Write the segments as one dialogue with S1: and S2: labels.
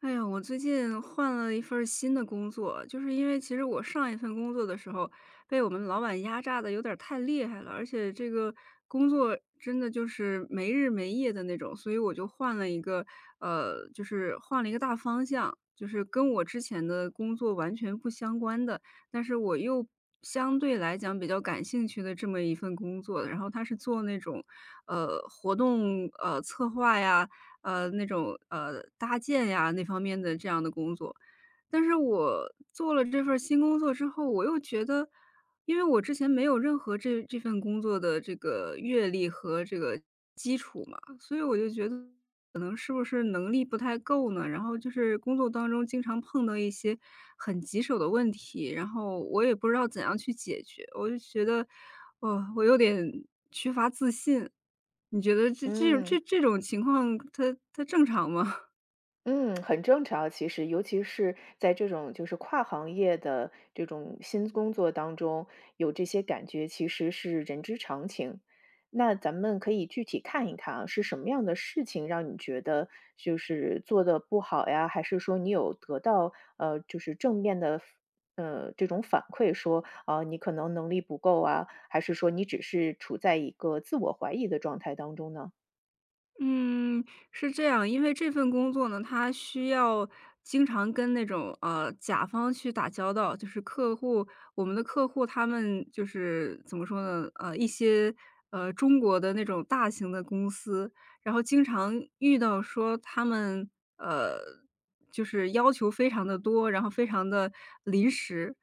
S1: 哎呀，我最近换了一份儿新的工作，就是因为其实我上一份工作的时候，被我们老板压榨的有点儿太厉害了，而且这个工作真的就是没日没夜的那种，所以我就换了一个，就是换了一个大方向，就是跟我之前的工作完全不相关的，但是我又相对来讲比较感兴趣的这么一份工作，然后他是做那种，呃，活动策划呀。那种，搭建呀那方面的这样的工作。但是我做了这份儿新工作之后，我又觉得，因为我之前没有任何这份工作的这个阅历和这个基础嘛，所以我就觉得可能是不是能力不太够呢？然后就是工作当中经常碰到一些很棘手的问题，然后我也不知道怎样去解决，我就觉得，哦，我有点缺乏自信。你觉得这这这
S2: 嗯
S1: 这种情况，它正常吗？
S2: 嗯，很正常。其实，尤其是在这种就是跨行业的这种新工作当中，有这些感觉其实是人之常情。那咱们可以具体看一看啊，是什么样的事情让你觉得就是做的不好呀？还是说你有得到就是正面的这种反馈说，啊你可能能力不够啊？还是说你只是处在一个自我怀疑的状态当中呢？
S1: 嗯，是这样，因为这份工作呢，它需要经常跟那种甲方去打交道，就是客户，我们的客户他们就是怎么说呢？呃，一些中国的那种大型的公司，然后经常遇到说他们呃就是要求非常的多，然后非常的临时，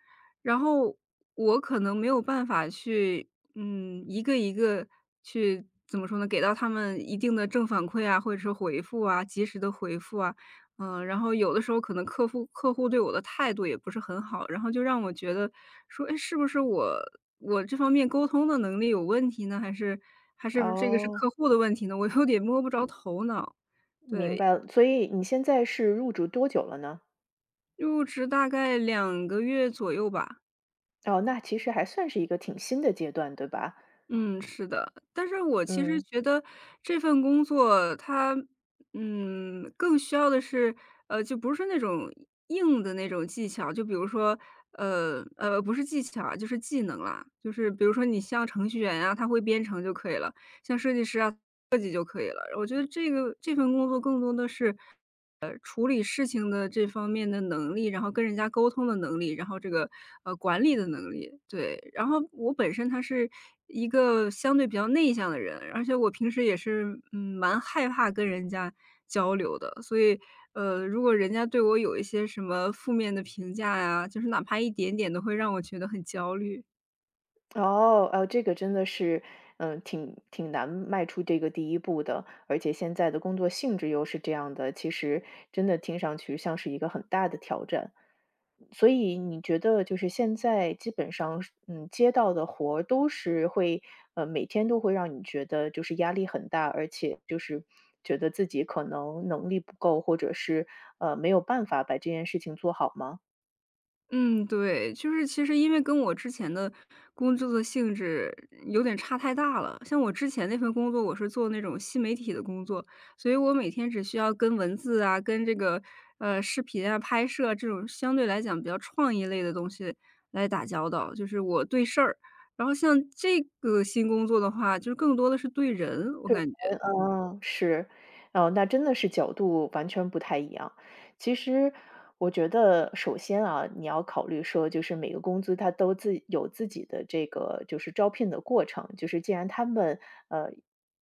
S1: 然后我可能没有办法去，嗯，一个一个去怎么说呢，给到他们一定的正反馈啊，或者是回复啊，及时的回复啊，嗯，然后有的时候可能客户对我的态度也不是很好，然后就让我觉得说，哎，是不是我这方面沟通的能力有问题呢？还是这个是
S2: 哦，
S1: 客户的问题呢？我有点摸不着头脑。
S2: 明
S1: 对，
S2: 白了，所以你现在是入职多久了呢？
S1: 入职大概两个月左右吧。
S2: 哦，那其实还算是一个挺新的阶段，对吧？
S1: 嗯，是的。但是我其实
S2: 嗯。
S1: 觉得这份工作它，嗯，更需要的是，就不是那种硬的那种技巧，就比如说，不是技巧啊，就是技能啦。就是比如说你像程序员啊，他会编程就可以了，像设计师啊，我觉得这个这份工作更多的是处理事情的这方面的能力，然后跟人家沟通的能力，然后这个，呃，管理的能力，对。然后我本身他是一个相对比较内向的人，而且我平时也是，嗯，蛮害怕跟人家交流的。所以，如果人家对我有一些什么负面的评价呀，就是哪怕一点点都会让我觉得很焦虑。
S2: 哦，这个真的是，嗯，挺难迈出这个第一步的，而且现在的工作性质又是这样的，其实真的听上去像是一个很大的挑战。所以你觉得就是现在基本上是嗯，接到的活儿都是会，每天都会让你觉得就是压力很大，而且就是觉得自己可能能力不够，或者是没有办法把这件事情做好吗？
S1: 嗯，对，就是其实因为跟我之前的工作的性质有点差太大了。像我之前那份工作，我是做那种新媒体的工作，所以我每天只需要跟文字啊、跟这个视频啊、拍摄啊这种相对来讲比较创意类的东西来打交道，就是我对事儿。然后像这个新工作的话，就是更多的是对人，我感觉，
S2: 嗯，哦，是，哦，那真的是角度完全不太一样。其实我觉得，首先啊，你要考虑说，就是每个公司它都自有自己的这个就是招聘的过程，就是既然他们呃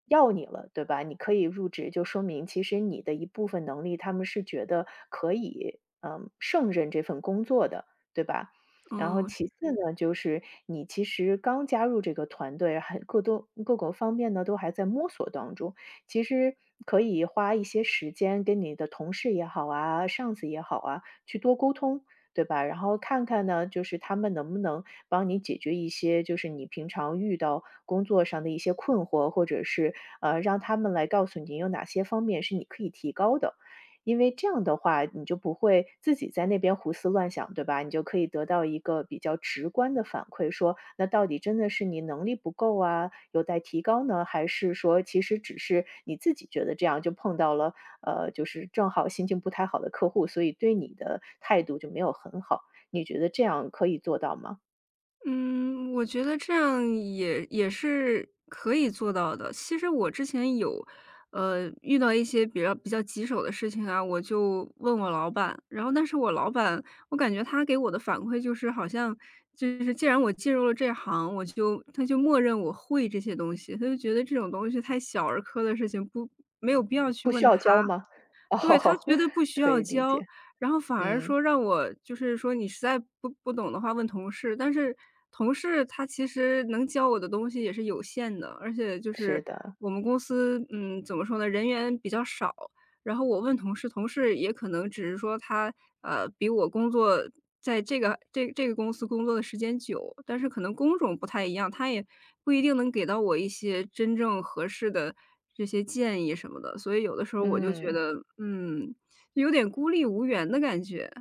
S2: 要你了，对吧？你可以入职，就说明其实你的一部分能力，他们是觉得可以嗯胜任这份工作的，对吧？然后
S1: 嗯。
S2: 其次呢，就是你其实刚加入这个团队，还各个方面呢都还在摸索当中。其实可以花一些时间跟你的同事也好啊、上司也好啊，去多沟通，对吧？然后看看呢，就是他们能不能帮你解决一些，就是你平常遇到工作上的一些困惑，或者是让他们来告诉你有哪些方面是你可以提高的。因为这样的话，你就不会自己在那边胡思乱想，对吧？你就可以得到一个比较直观的反馈，说那到底真的是你能力不够啊，有待提高呢，还是说其实只是你自己觉得这样就碰到了，就是正好心情不太好的客户，所以对你的态度就没有很好。你觉得这样可以做到吗？
S1: 嗯，我觉得这样也是可以做到的。其实我之前有，呃，遇到一些比较棘手的事情啊，我就问我老板，然后但是我老板，我感觉他给我的反馈就是好像就是既然我进入了这行，我就他就默认我会这些东西，他就觉得这种东西太小儿科的事情不没有必要去
S2: 不需
S1: 问
S2: 要教
S1: 他。
S2: 吗？
S1: 对，他
S2: 哦，
S1: 觉得不需
S2: 可
S1: 要
S2: 以理
S1: 教，
S2: 解，
S1: 然后反而
S2: 嗯，
S1: 说让我就是说你实在不懂的话问同事，但是同事他其实能教我的东西也是有限的，而且就是
S2: 是的，
S1: 我们公司，嗯，怎么说呢，人员比较少，然后我问同事，同事也可能只是说他比我工作在这个这个公司工作的时间久，但是可能工种不太一样，他也不一定能给到我一些真正合适的这些建议什么的，所以有的时候我就觉
S2: 嗯。
S1: 得，嗯，有点孤立无援的感觉。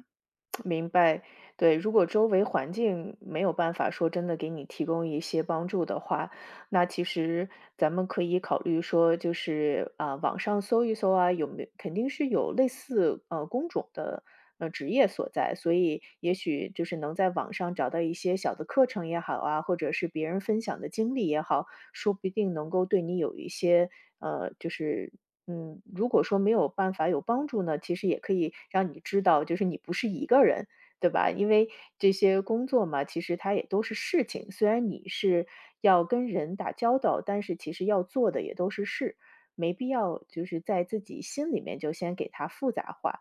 S2: 明白，对，如果周围环境没有办法说真的给你提供一些帮助的话，那其实咱们可以考虑说，就是啊，网上搜一搜啊，有没有肯定是有类似工种的职业所在，所以也许就是能在网上找到一些小的课程也好啊，或者是别人分享的经历也好，说不定能够对你有一些就是嗯，如果说没有办法有帮助呢，其实也可以让你知道，就是你不是一个人，对吧？因为这些工作嘛，其实它也都是事情，虽然你是要跟人打交道，但是其实要做的也都是事，没必要就是在自己心里面就先给它复杂化。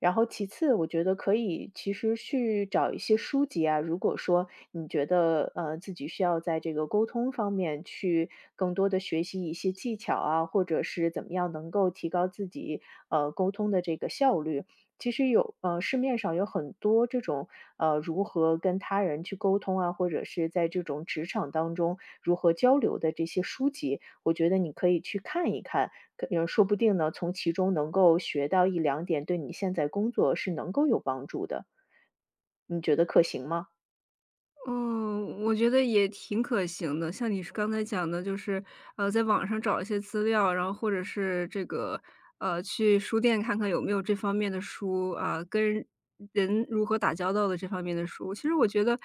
S2: 然后其次，我觉得可以其实去找一些书籍啊，如果说你觉得自己需要在这个沟通方面去更多的学习一些技巧啊，或者是怎么样能够提高自己沟通的这个效率，其实有市面上有很多这种如何跟他人去沟通啊，或者是在这种职场当中如何交流的这些书籍，我觉得你可以去看一看。可嗯，说不定呢，从其中能够学到一两点，对你现在工作是能够有帮助的，你觉得可行吗？
S1: 嗯，我觉得也挺可行的。像你是刚才讲的，就是，在网上找一些资料，然后或者是这个，去书店看看有没有这方面的书啊，跟人如何打交道的这方面的书。其实我觉得，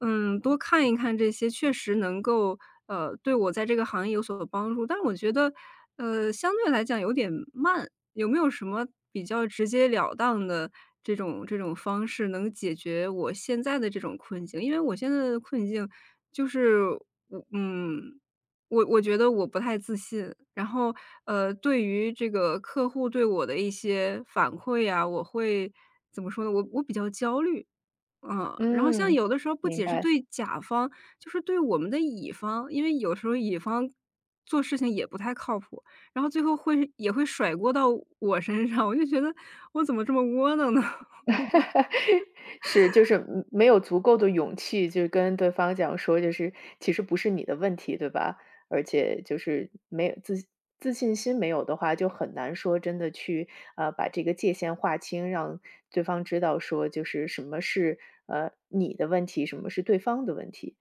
S1: 嗯，多看一看这些确实能够，对我在这个行业有所帮助。但我觉得，相对来讲有点慢。有没有什么比较直截了当的这种方式，能解决我现在的这种困境？因为我现在的困境就是我我觉得我不太自信，然后，呃，对于这个客户对我的一些反馈呀，我会怎么说呢？我比较焦虑。嗯，然后像
S2: 嗯，
S1: 有的时候不
S2: 明
S1: 仅是
S2: 白。
S1: 对甲方，就是对我们的乙方，因为有时候乙方做事情也不太靠谱，然后最后会也会甩锅到我身上，我就觉得我怎么这么窝囊呢？
S2: 是，就是嗯没有足够的勇气，就跟对方讲说，就是其实不是你的问题，对吧？而且就是没有自信心没有的话，就很难说真的去把这个界限划清，让对方知道说就是什么是你的问题，什么是对方的问题。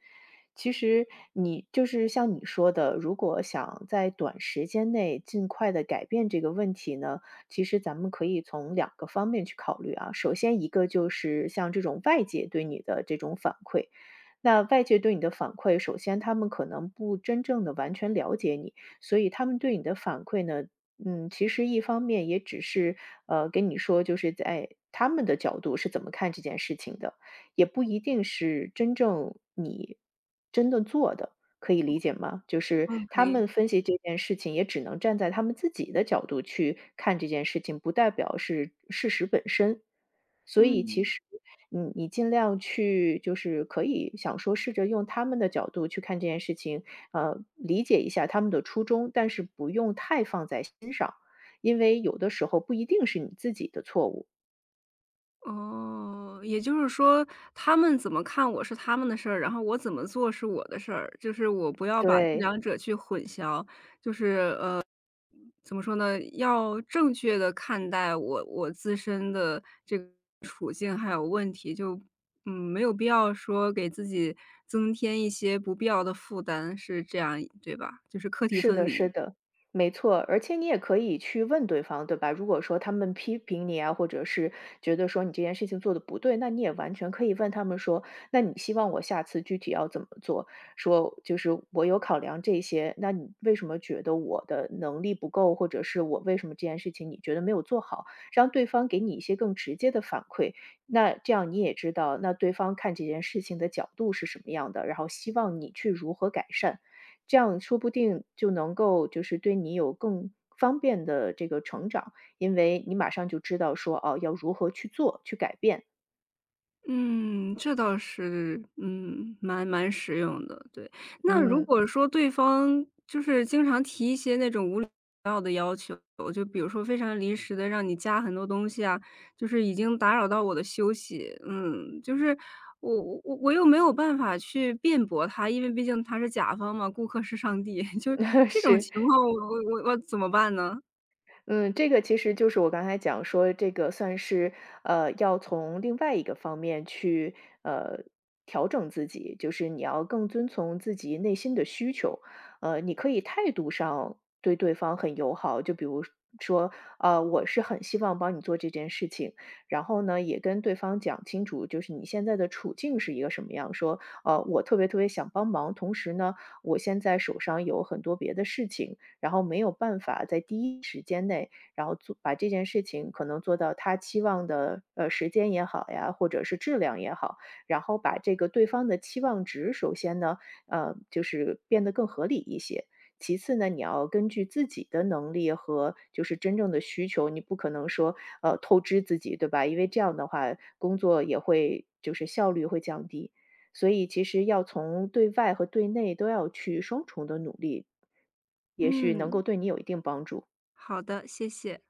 S2: 其实你就是像你说的，如果想在短时间内尽快的改变这个问题呢，其实咱们可以从两个方面去考虑啊。首先一个就是像这种外界对你的这种反馈，那外界对你的反馈，首先他们可能不真正的完全了解你，所以他们对你的反馈呢，嗯，其实一方面也只是跟你说，就是在他们的角度是怎么看这件事情的，也不一定是真正你真的做的，可以理解吗？就是
S1: 嗯，可
S2: 他
S1: 以。
S2: 们分析这件事情，也只能站在他们自己的角度去看这件事情，不代表是事实本身。所以其
S1: 嗯，
S2: 实嗯，你尽量去就是可以想说试着用他们的角度去看这件事情，理解一下他们的初衷，但是不用太放在心上，因为有的时候不一定是你自己的错误。
S1: 哦，也就是说他们怎么看我是他们的事儿，然后我怎么做是我的事儿，就是我不要把这
S2: 对。
S1: 两者去混淆。怎么说呢？要正确的看待我自身的这个处境还有问题，就，嗯，没有必要说给自己增添一些不必要的负担，是这样对吧？就是课题
S2: 是
S1: 分
S2: 的，是
S1: 离。
S2: 的，没错。而且你也可以去问对方，对吧？如果说他们批评你啊，或者是觉得说你这件事情做的不对，那你也完全可以问他们说：“那你希望我下次具体要怎么做？”说就是我有考量这些，那你为什么觉得我的能力不够，或者是我为什么这件事情你觉得没有做好？让对方给你一些更直接的反馈，那这样你也知道，那对方看这件事情的角度是什么样的，然后希望你去如何改善。这样说不定就能够就是对你有更方便的这个成长，因为你马上就知道说，哦，要如何去做、去改变。
S1: 嗯，这倒是，嗯，蛮实用的，对。那如
S2: 嗯，
S1: 果说对方就是经常提一些那种无求，就比如说非常临时的让你加很多东西啊，就是已经打扰到我的休息。嗯，就是我又没有办法去辩驳他，因为毕竟他是甲方嘛，顾客是上帝，就是 这种
S2: 是。
S1: 情况我怎么办呢？
S2: 嗯，这个其实就是我刚才讲说，这个算是要从另外一个方面去呃调整自己，就是你要更遵从自己内心的需求。你可以态度上对对方很友好，就比如说，我是很希望帮你做这件事情，然后呢，也跟对方讲清楚，就是你现在的处境是一个什么样，说，我特别特别想帮忙，同时呢，我现在手上有很多别的事情。然后没有办法在第一时间内，然后做把这件事情可能做到他期望的时间也好呀，或者是质量也好，然后把这个对方的期望值，首先呢，就是变得更合理一些。其次呢，你要根据自己的能力和就是真正的需求，你不可能说透支自己，对吧？因为这样的话，工作也会就是效率会降低。所以其实要从对外和对内都要去双重的努力，也许能够
S1: 嗯，
S2: 对你有一定帮助。
S1: 好的，谢谢。